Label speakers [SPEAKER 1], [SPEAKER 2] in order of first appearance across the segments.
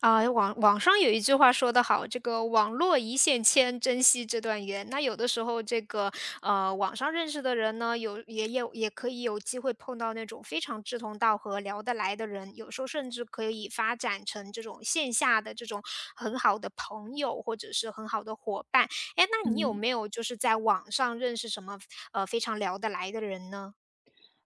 [SPEAKER 1] 啊，网上有一句话说得好，这个"网络一线牵，珍惜这段缘"。那有的时候，这个网上认识的人呢，有也有也可以有机会碰到那种非常志同道合、聊得来的人，有时候甚至可以发展成这种线下的这种很好的朋友，或者是很好的伙伴。哎，那你有
[SPEAKER 2] 嗯，
[SPEAKER 1] 没有就是在网上认识什么非常聊得来的人呢？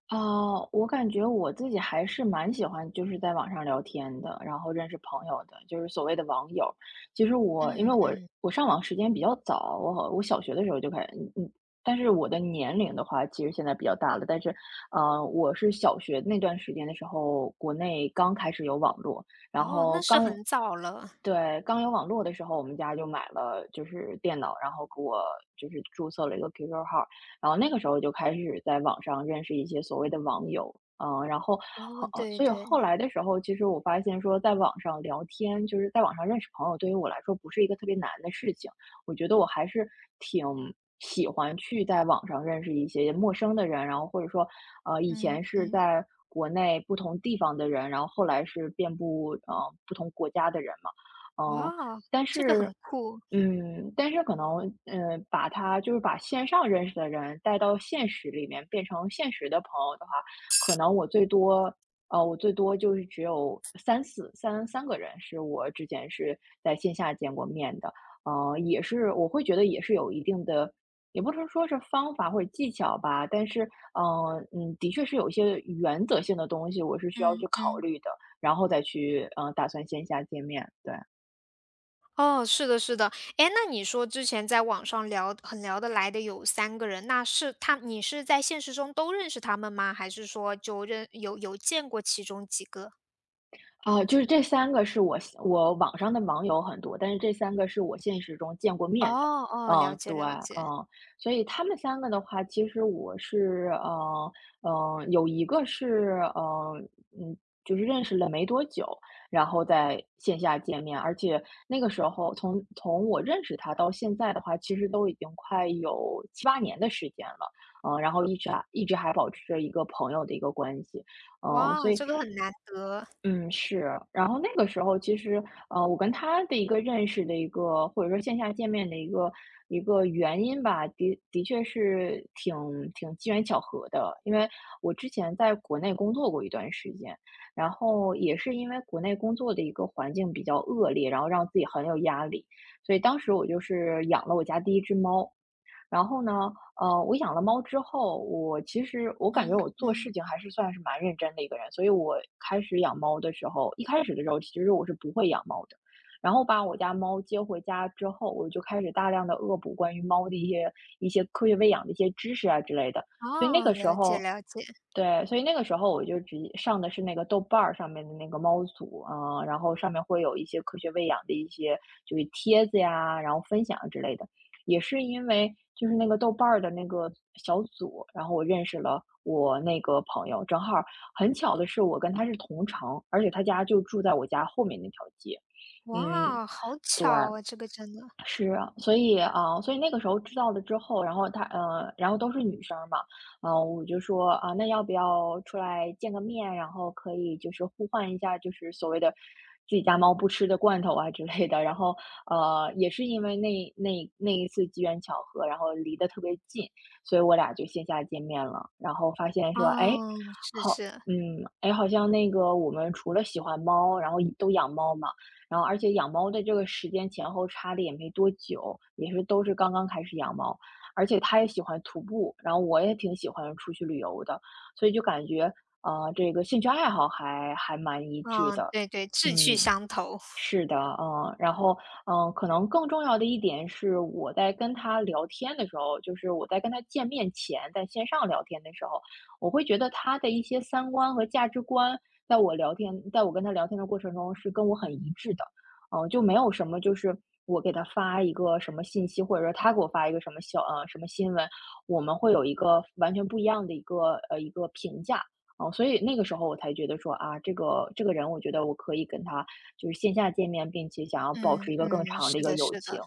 [SPEAKER 2] 啊，我感觉我自己还是蛮喜欢就是在网上聊天的，然后认识朋友的，就是所谓的网友。其实我因为
[SPEAKER 1] 嗯
[SPEAKER 2] 我
[SPEAKER 1] 嗯。
[SPEAKER 2] 我上网时间比较早，我小学的时候就开始，嗯嗯，但是我的年龄的话，其实现在比较大了，但是我是小学那段时间的时候，国内刚开始有网络，然
[SPEAKER 1] 哦，
[SPEAKER 2] 后
[SPEAKER 1] 那是
[SPEAKER 2] 刚
[SPEAKER 1] 很早了。
[SPEAKER 2] 对，刚有网络的时候，我们家就买了就是电脑，然后给我就是注册了一个 QQ 号，然后那个时候就开始在网上认识一些所谓的网友，嗯，然后
[SPEAKER 1] 哦，对
[SPEAKER 2] 所以后
[SPEAKER 1] 对。
[SPEAKER 2] 来的时候，其实我发现说，在网上聊天，就是在网上认识朋友，对于我来说不是一个特别难的事情。我觉得我还是挺喜欢去在网上认识一些陌生的人，然后或者说，以
[SPEAKER 1] 嗯
[SPEAKER 2] 前是
[SPEAKER 1] 嗯。
[SPEAKER 2] 在国内不同地方的人，然后后来是遍布不同国家的人嘛。嗯，
[SPEAKER 1] 哇，
[SPEAKER 2] 但
[SPEAKER 1] 这个很
[SPEAKER 2] 是，
[SPEAKER 1] 酷。
[SPEAKER 2] 但是可能，嗯，把他就是把线上认识的人带到现实里面，变成现实的朋友的话，可能我最多，呃，我最多就是只有三四三三个人是我之前是在线下见过面的，呃，也是我会觉得也是有一定的，也不能说是方法或者技巧吧，但是，的确是有一些原则性的东西，我是需要去
[SPEAKER 1] 嗯
[SPEAKER 2] 考
[SPEAKER 1] 嗯。
[SPEAKER 2] 虑的，然后再去，打算线下见面，对。
[SPEAKER 1] 哦，是的，是的。哎，那你说之前在网上聊很聊得来的有三个人，那是你是在现实中都认识他们吗？还是说就认有有见过其中几个？
[SPEAKER 2] 啊，就是这三个是我网上的网友很多，但是这三个是我现实中见过
[SPEAKER 1] 哦。
[SPEAKER 2] 面的。
[SPEAKER 1] 哦，了
[SPEAKER 2] 嗯，
[SPEAKER 1] 解
[SPEAKER 2] 对，
[SPEAKER 1] 了解。
[SPEAKER 2] 嗯，所以他们三个的话，其实我是有一个是嗯，就是认识了没多久，然后在线下见面，而且那个时候从我认识他到现在的话，其实都已经快有七八年的时间了，嗯，然后一直还保持着一个朋友的一个关系。嗯，所
[SPEAKER 1] 哇，
[SPEAKER 2] 以
[SPEAKER 1] 这个很难得。
[SPEAKER 2] 嗯，是。然后那个时候其实，呃，我跟他的一个认识的一个，或者说线下见面的一个原因吧，的确是挺机缘巧合的。因为我之前在国内工作过一段时间，然后也是因为国内工作的一个环境比较恶劣，然后让自己很有压力，所以当时我就是养了我家第一只猫。然后呢，呃，我养了猫之后，我其实我感觉
[SPEAKER 1] 嗯
[SPEAKER 2] 我做
[SPEAKER 1] 嗯。
[SPEAKER 2] 事情还是算是蛮认真的一个人，所以我开始养猫的时候，一开始的时候其实我是不会养猫的。然后把我家猫接回家之后，我就开始大量的恶补关于猫的一些科学喂养的一些知识啊之类的。所以那
[SPEAKER 1] 哦，
[SPEAKER 2] 个时
[SPEAKER 1] 了解
[SPEAKER 2] 候，
[SPEAKER 1] 了解。
[SPEAKER 2] 对，所以那个时候我就直接上的是那个豆瓣儿上面的那个猫组啊，然后上面会有一些科学喂养的一些就是帖子呀，然后分享啊之类的。也是因为就是那个豆瓣儿的那个小组，然后我认识了我那个朋友，正好儿很巧的是我跟他是同城，而且他家就住在我家后面那条街。嗯，
[SPEAKER 1] 哇，好
[SPEAKER 2] 对。
[SPEAKER 1] 巧啊，这个真的。
[SPEAKER 2] 是啊，所以啊，所以那个时候知道了之后，然后她呃，然后都是女生嘛，呃，我就说啊，那要不要出来见个面，然后可以就是互换一下，就是所谓的自己家猫不吃的罐头啊之类的。然后呃，也是因为那一次机缘巧合，然后离得特别近，所以我俩就线下见面了。然后发现说，哎，
[SPEAKER 1] 哦，是
[SPEAKER 2] 好，
[SPEAKER 1] 是。
[SPEAKER 2] 嗯，哎，好像那个我们除了喜欢猫，然后都养猫嘛。然后而且养猫的这个时间前后差的也没多久，也是都是刚刚开始养猫，而且他也喜欢徒步，然后我也挺喜欢出去旅游的，所以就感觉，啊，这个兴趣爱好还蛮一致
[SPEAKER 1] 嗯，
[SPEAKER 2] 的，
[SPEAKER 1] 对对，志趣
[SPEAKER 2] 嗯。
[SPEAKER 1] 相投。
[SPEAKER 2] 是的，嗯，然后，嗯，可能更重要的一点是，我在跟他聊天的时候，就是我在跟他见面前，在线上聊天的时候，我会觉得他的一些三观和价值观，在我跟他聊天的过程中是跟我很一致的，嗯，就没有什么就是我给他发一个什么信息，或者说他给我发一个什么小，呃，什么新闻，我们会有一个完全不一样的一个，呃，一个评价。哦，所以那个时候我才觉得说啊，这个人我觉得我可以跟他就是线下见面，并且想要保持
[SPEAKER 1] 嗯
[SPEAKER 2] 一个更
[SPEAKER 1] 嗯，
[SPEAKER 2] 长的一
[SPEAKER 1] 是
[SPEAKER 2] 个
[SPEAKER 1] 的
[SPEAKER 2] 友
[SPEAKER 1] 是的。
[SPEAKER 2] 情。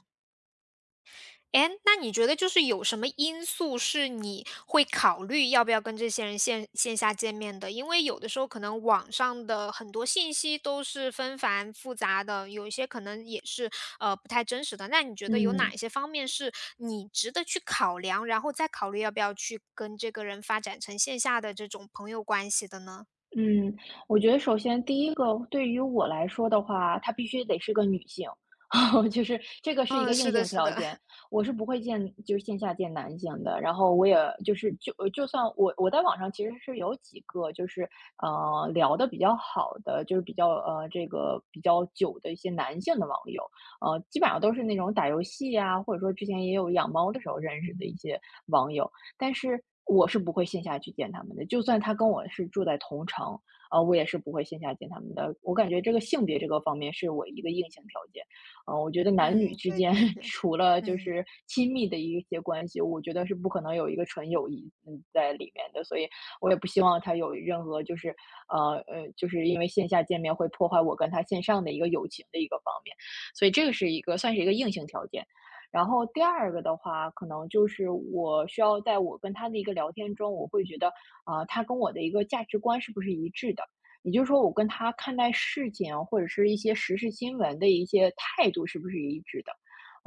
[SPEAKER 1] 哎，那你觉得就是有什么因素是你会考虑要不要跟这些人线下见面的？因为有的时候可能网上的很多信息都是纷繁复杂的，有一些可能也是不太真实的。那你觉得有
[SPEAKER 2] 嗯。
[SPEAKER 1] 哪一些方面是你值得去考量，然后再考虑要不要去跟这个人发展成线下的这种朋友关系的呢？
[SPEAKER 2] 嗯，我觉得首先第一个对于我来说的话，她必须得是个女性，就是这个是一个
[SPEAKER 1] 嗯，
[SPEAKER 2] 硬
[SPEAKER 1] 是
[SPEAKER 2] 性
[SPEAKER 1] 的，是
[SPEAKER 2] 条
[SPEAKER 1] 的。
[SPEAKER 2] 件。我是不会见，就是线下见男性的。然后我也就是就算我在网上其实是有几个就是聊的比较好的，就是比较呃这个比较久的一些男性的网友，呃基本上都是那种打游戏啊，或者说之前也有养猫的时候认识的一些网友。但是我是不会线下去见他们的，就算他跟我是住在同城，呃，我也是不会线下见他们的。我感觉这个性别这个方面是我一个硬性条件，呃，我觉得男女
[SPEAKER 1] 嗯，
[SPEAKER 2] 之
[SPEAKER 1] 对
[SPEAKER 2] 间
[SPEAKER 1] 对 对。
[SPEAKER 2] 除了就
[SPEAKER 1] 嗯
[SPEAKER 2] 是亲密的一些关系，我觉得是不可能有一个纯友谊嗯在里面的，所以我也不希望他有任何就是就是因为线下见面会破坏我跟他线上的一个友情的一个方面，所以这个是一个算是一个硬性条件。然后第二个的话，可能就是我需要在我跟他的一个聊天中，我会觉得，他跟我的一个价值观是不是一致的？也就是说，我跟他看待事情或者是一些时事新闻的一些态度是不是一致的？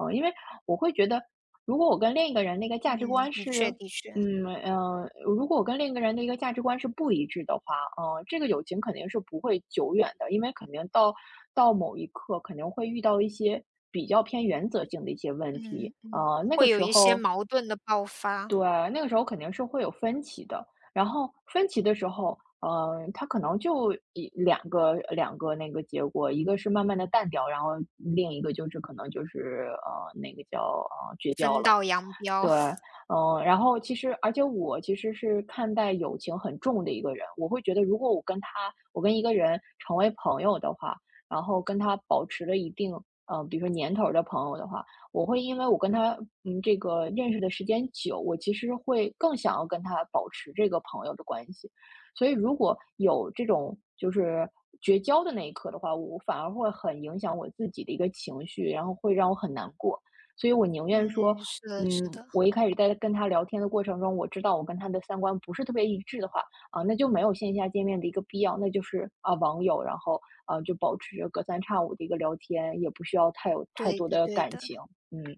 [SPEAKER 2] 嗯、因为我会觉得，如果我跟另一个人那个价值
[SPEAKER 1] 嗯，
[SPEAKER 2] 观
[SPEAKER 1] 的确
[SPEAKER 2] 是
[SPEAKER 1] 的确。
[SPEAKER 2] 如果我跟另一个人的一个价值观是不一致的话，呃，这个友情肯定是不会久远的，因为肯定到某一刻肯定会遇到一些比较偏原则性的一些问题，
[SPEAKER 1] 嗯嗯，
[SPEAKER 2] 呃，那个
[SPEAKER 1] 会有
[SPEAKER 2] 时
[SPEAKER 1] 一些
[SPEAKER 2] 候，
[SPEAKER 1] 矛盾的爆发。
[SPEAKER 2] 对，那个时候肯定是会有分歧的，然后分歧的时候，呃，他可能就一两个两个那个结果，一个是慢慢的淡掉，然后另一个就是可能就是呃那个叫呃绝交
[SPEAKER 1] 分
[SPEAKER 2] 了。
[SPEAKER 1] 道扬镳。
[SPEAKER 2] 对，嗯，然后其实而且我其实是看待友情很重的一个人，我会觉得如果我跟他我跟一个人成为朋友的话，然后跟他保持了一定，呃，比如说年头儿的朋友的话，我会因为我跟他，嗯，这个认识的时间久，我其实会更想要跟他保持这个朋友的关系。所以如果有这种就是绝交的那一刻的话，我反而会很影响我自己的一个情绪，然后会让我很难过。所以我宁
[SPEAKER 1] 嗯，
[SPEAKER 2] 愿说，
[SPEAKER 1] 是的是的。
[SPEAKER 2] 我一开始在跟他聊天的过程中，我知道我跟他的三观不是特别一致的话，那就没有线下见面的一个必要，那就是啊网友，然后啊就保持着隔三差五的一个聊天，也不需要太有太
[SPEAKER 1] 对
[SPEAKER 2] 多
[SPEAKER 1] 的
[SPEAKER 2] 的
[SPEAKER 1] 对
[SPEAKER 2] 感
[SPEAKER 1] 的。
[SPEAKER 2] 情。嗯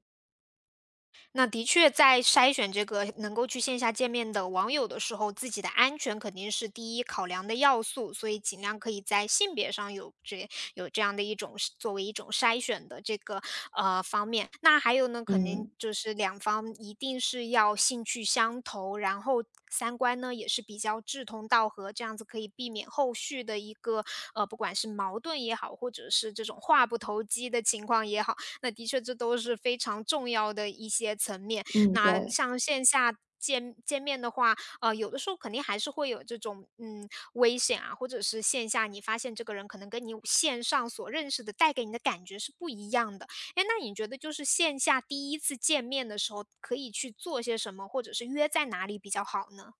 [SPEAKER 1] 那的确，在筛选这个能够去线下见面的网友的时候，自己的安全肯定是第一考量的要素，所以尽量可以在性别上有这样的一种作为一种筛选的这个方面。那还有呢，肯定
[SPEAKER 2] 嗯
[SPEAKER 1] 就是两方一定是要兴趣相投，然后三观呢也是比较志同道合，这样子可以避免后续的一个不管是矛盾也好，或者是这种话不投机的情况也好，那的确这都是非常重要的一些层面。
[SPEAKER 2] 嗯，
[SPEAKER 1] 那
[SPEAKER 2] 对。
[SPEAKER 1] 像线下见面的话，呃，有的时候肯定还是会有这种，嗯，危险啊，或者是线下你发现这个人可能跟你线上所认识的带给你的感觉是不一样的。哎，那你觉得就是线下第一次见面的时候可以去做些什么，或者是约在哪里比较好呢？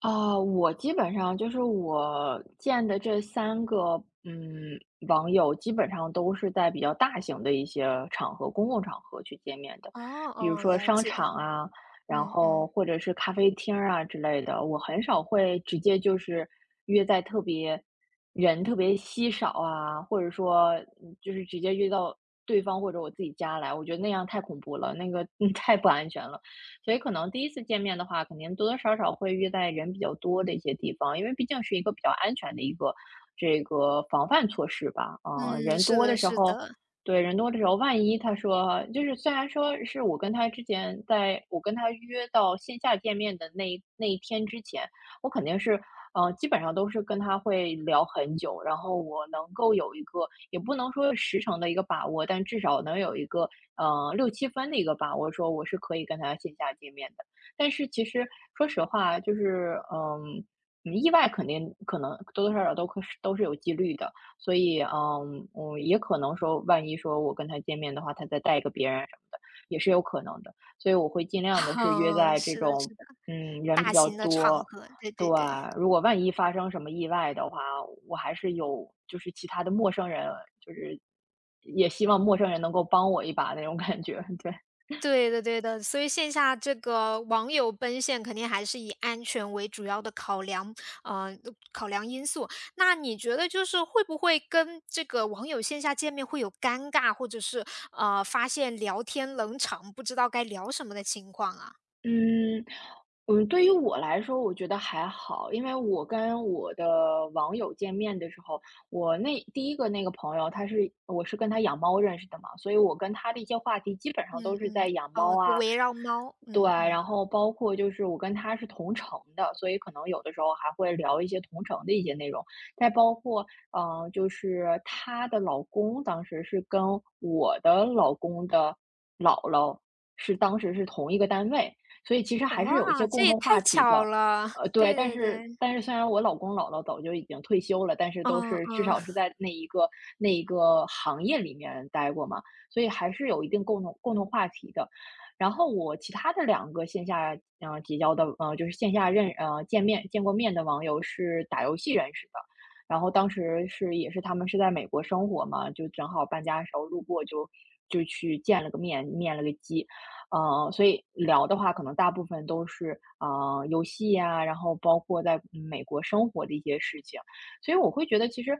[SPEAKER 2] 啊，我基本上就是我见的这三个，网友基本上都是在比较大型的一些场合，公共场合去见面的，
[SPEAKER 1] 哦。
[SPEAKER 2] 比如
[SPEAKER 1] 哦，
[SPEAKER 2] 说
[SPEAKER 1] 了
[SPEAKER 2] 商
[SPEAKER 1] 解。
[SPEAKER 2] 场啊，然
[SPEAKER 1] 嗯
[SPEAKER 2] 后
[SPEAKER 1] 嗯。
[SPEAKER 2] 或者是咖啡厅儿啊之类的。我很少会直接就是约在特别人特别稀少啊，或者说，嗯就是直接约到对方或者我自己家来，我觉得那样太恐怖了，那个 嗯太不安全了。所以可能第一次见面的话，肯定多多少少会约在人比较多的一些地方，因为毕竟是一个比较安全的一个这个防范措施吧。嗯，
[SPEAKER 1] 嗯，
[SPEAKER 2] 人
[SPEAKER 1] 是
[SPEAKER 2] 多的
[SPEAKER 1] 的
[SPEAKER 2] 时
[SPEAKER 1] 是
[SPEAKER 2] 候，
[SPEAKER 1] 的。
[SPEAKER 2] 对，人多的时候，万一他说就是虽然说是我跟他之前在我跟他约到线下见面的那一天之前，我肯定是。嗯，基本上都是跟他会聊很久，然后我能够有一个，也不能说是十成的一个把握，但至少能有一个六七分的一个吧，我说我是可以跟他线下见面的。但是其实说实话，就是意外肯定可能多多少少都是有几率的，所以嗯，我也可能说，万一说我跟他见面的话，他再带一个别人什么的，也是有可能的。所以我会尽量的 是约
[SPEAKER 1] 嗯，
[SPEAKER 2] 在这
[SPEAKER 1] 是的
[SPEAKER 2] 种
[SPEAKER 1] 是的，
[SPEAKER 2] 嗯人比
[SPEAKER 1] 大
[SPEAKER 2] 较
[SPEAKER 1] 型的场
[SPEAKER 2] 多，
[SPEAKER 1] 合，对
[SPEAKER 2] 对，
[SPEAKER 1] 对对。
[SPEAKER 2] 如果万一发生什么意外的话，我还是有就是其他的陌生人，就是也希望陌生人能够帮我一把那种感觉，对。
[SPEAKER 1] 对的对的，所以线下这个网友奔现肯定还是以安全为主要的考量，呃，考量因素。那你觉得就是会不会跟这个网友线下见面会有尴尬，或者是发现聊天冷场，不知道该聊什么的情况啊？
[SPEAKER 2] 嗯，嗯，对于我来说，我觉得还好，因为我跟我的网友见面的时候，我那第一个那个朋友，我跟他养猫认识的嘛，所以我跟他的一些话题基本上都
[SPEAKER 1] 嗯
[SPEAKER 2] 是在
[SPEAKER 1] 嗯。
[SPEAKER 2] 养猫
[SPEAKER 1] 哦，就
[SPEAKER 2] 啊，
[SPEAKER 1] 围绕猫。
[SPEAKER 2] 对，
[SPEAKER 1] 嗯
[SPEAKER 2] 然
[SPEAKER 1] 嗯。
[SPEAKER 2] 后包括就是我跟他是同城的，所以可能有的时候还会聊一些同城的一些内容，再包括就是她的老公当时是跟我的老公的姥姥是当时是同一个单位。所以其实还是有一些
[SPEAKER 1] 哇，
[SPEAKER 2] 共
[SPEAKER 1] 这也
[SPEAKER 2] 同
[SPEAKER 1] 太
[SPEAKER 2] 话题
[SPEAKER 1] 巧
[SPEAKER 2] 的。
[SPEAKER 1] 了。
[SPEAKER 2] 对，
[SPEAKER 1] 对
[SPEAKER 2] 但
[SPEAKER 1] 对
[SPEAKER 2] 是
[SPEAKER 1] 对。
[SPEAKER 2] 但是虽然我老公姥姥早就已经退休了，但是都
[SPEAKER 1] 嗯
[SPEAKER 2] 是至
[SPEAKER 1] 嗯
[SPEAKER 2] 少是在那一个行业里面待过嘛，所以还是有一定共同话题的。然后我其他的两个线下结交的就是线下见面见过面的网友是打游戏认识的，然后当时是也是他们是在美国生活嘛，就正好搬家的时候路过就去见了个面，面了个基，所以聊的话，可能大部分都是游戏呀，然后包括在美国生活的一些事情，所以我会觉得，其实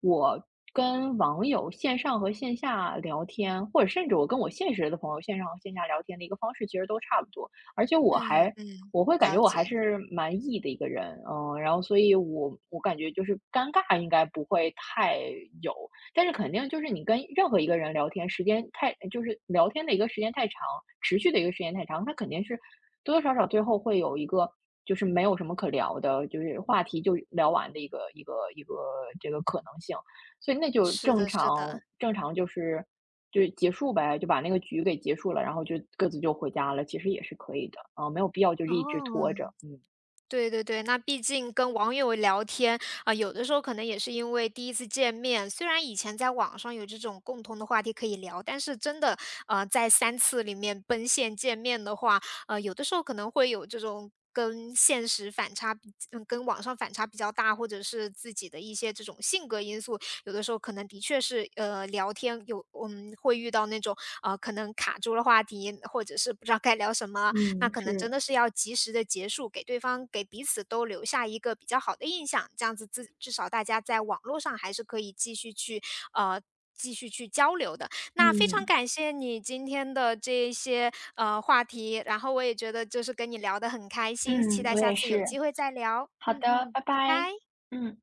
[SPEAKER 2] 我跟网友线上和线下聊天，或者甚至我跟我现实的朋友线上和线下聊天的一个方式，其实都差不多。而且我
[SPEAKER 1] 嗯
[SPEAKER 2] 还
[SPEAKER 1] 嗯，
[SPEAKER 2] 我会感觉
[SPEAKER 1] 了
[SPEAKER 2] 我还
[SPEAKER 1] 解。
[SPEAKER 2] 是蛮 E 的一个人，嗯，然后所以我感觉就是尴尬应该不会太有，但是肯定就是你跟任何一个人聊天，时间太就是聊天的一个时间太长，持续的一个时间太长，他肯定是多多少少最后会有一个就是没有什么可聊的，就是话题就聊完的一个这个可能性，所以那就
[SPEAKER 1] 是
[SPEAKER 2] 正
[SPEAKER 1] 的是的。
[SPEAKER 2] 常正常就是就结束呗，就把那个局给结束了，然后就各自就回家了，其实也是可以的啊，没有必要就是一直拖
[SPEAKER 1] 哦。
[SPEAKER 2] 着，嗯。
[SPEAKER 1] 对对对，那毕竟跟网友聊天啊，有的时候可能也是因为第一次见面，虽然以前在网上有这种共同的话题可以聊，但是真的，在三次里面奔现见面的话，呃，有的时候可能会有这种跟现实反差比嗯，跟网上反差比较大，或者是自己的一些这种性格因素，有的时候可能的确是，聊天嗯，会遇到那种，啊，可能卡住了话题，或者是不知道该聊什么，那
[SPEAKER 2] 嗯，
[SPEAKER 1] 可能
[SPEAKER 2] 是，
[SPEAKER 1] 真的是要及时的结束，给对方给彼此都留下一个比较好的印象，这样子至少大家在网络上还是可以继续去呃。继续去交流的，那非常
[SPEAKER 2] 嗯，
[SPEAKER 1] 感谢你今天的这一些话题，然后我也觉得就是跟你聊得很开心，期
[SPEAKER 2] 嗯，
[SPEAKER 1] 待
[SPEAKER 2] 我
[SPEAKER 1] 下
[SPEAKER 2] 也
[SPEAKER 1] 次有
[SPEAKER 2] 是。
[SPEAKER 1] 机会再聊。
[SPEAKER 2] 好
[SPEAKER 1] 嗯
[SPEAKER 2] 的，
[SPEAKER 1] 嗯，
[SPEAKER 2] 拜拜。
[SPEAKER 1] 拜拜。
[SPEAKER 2] 嗯。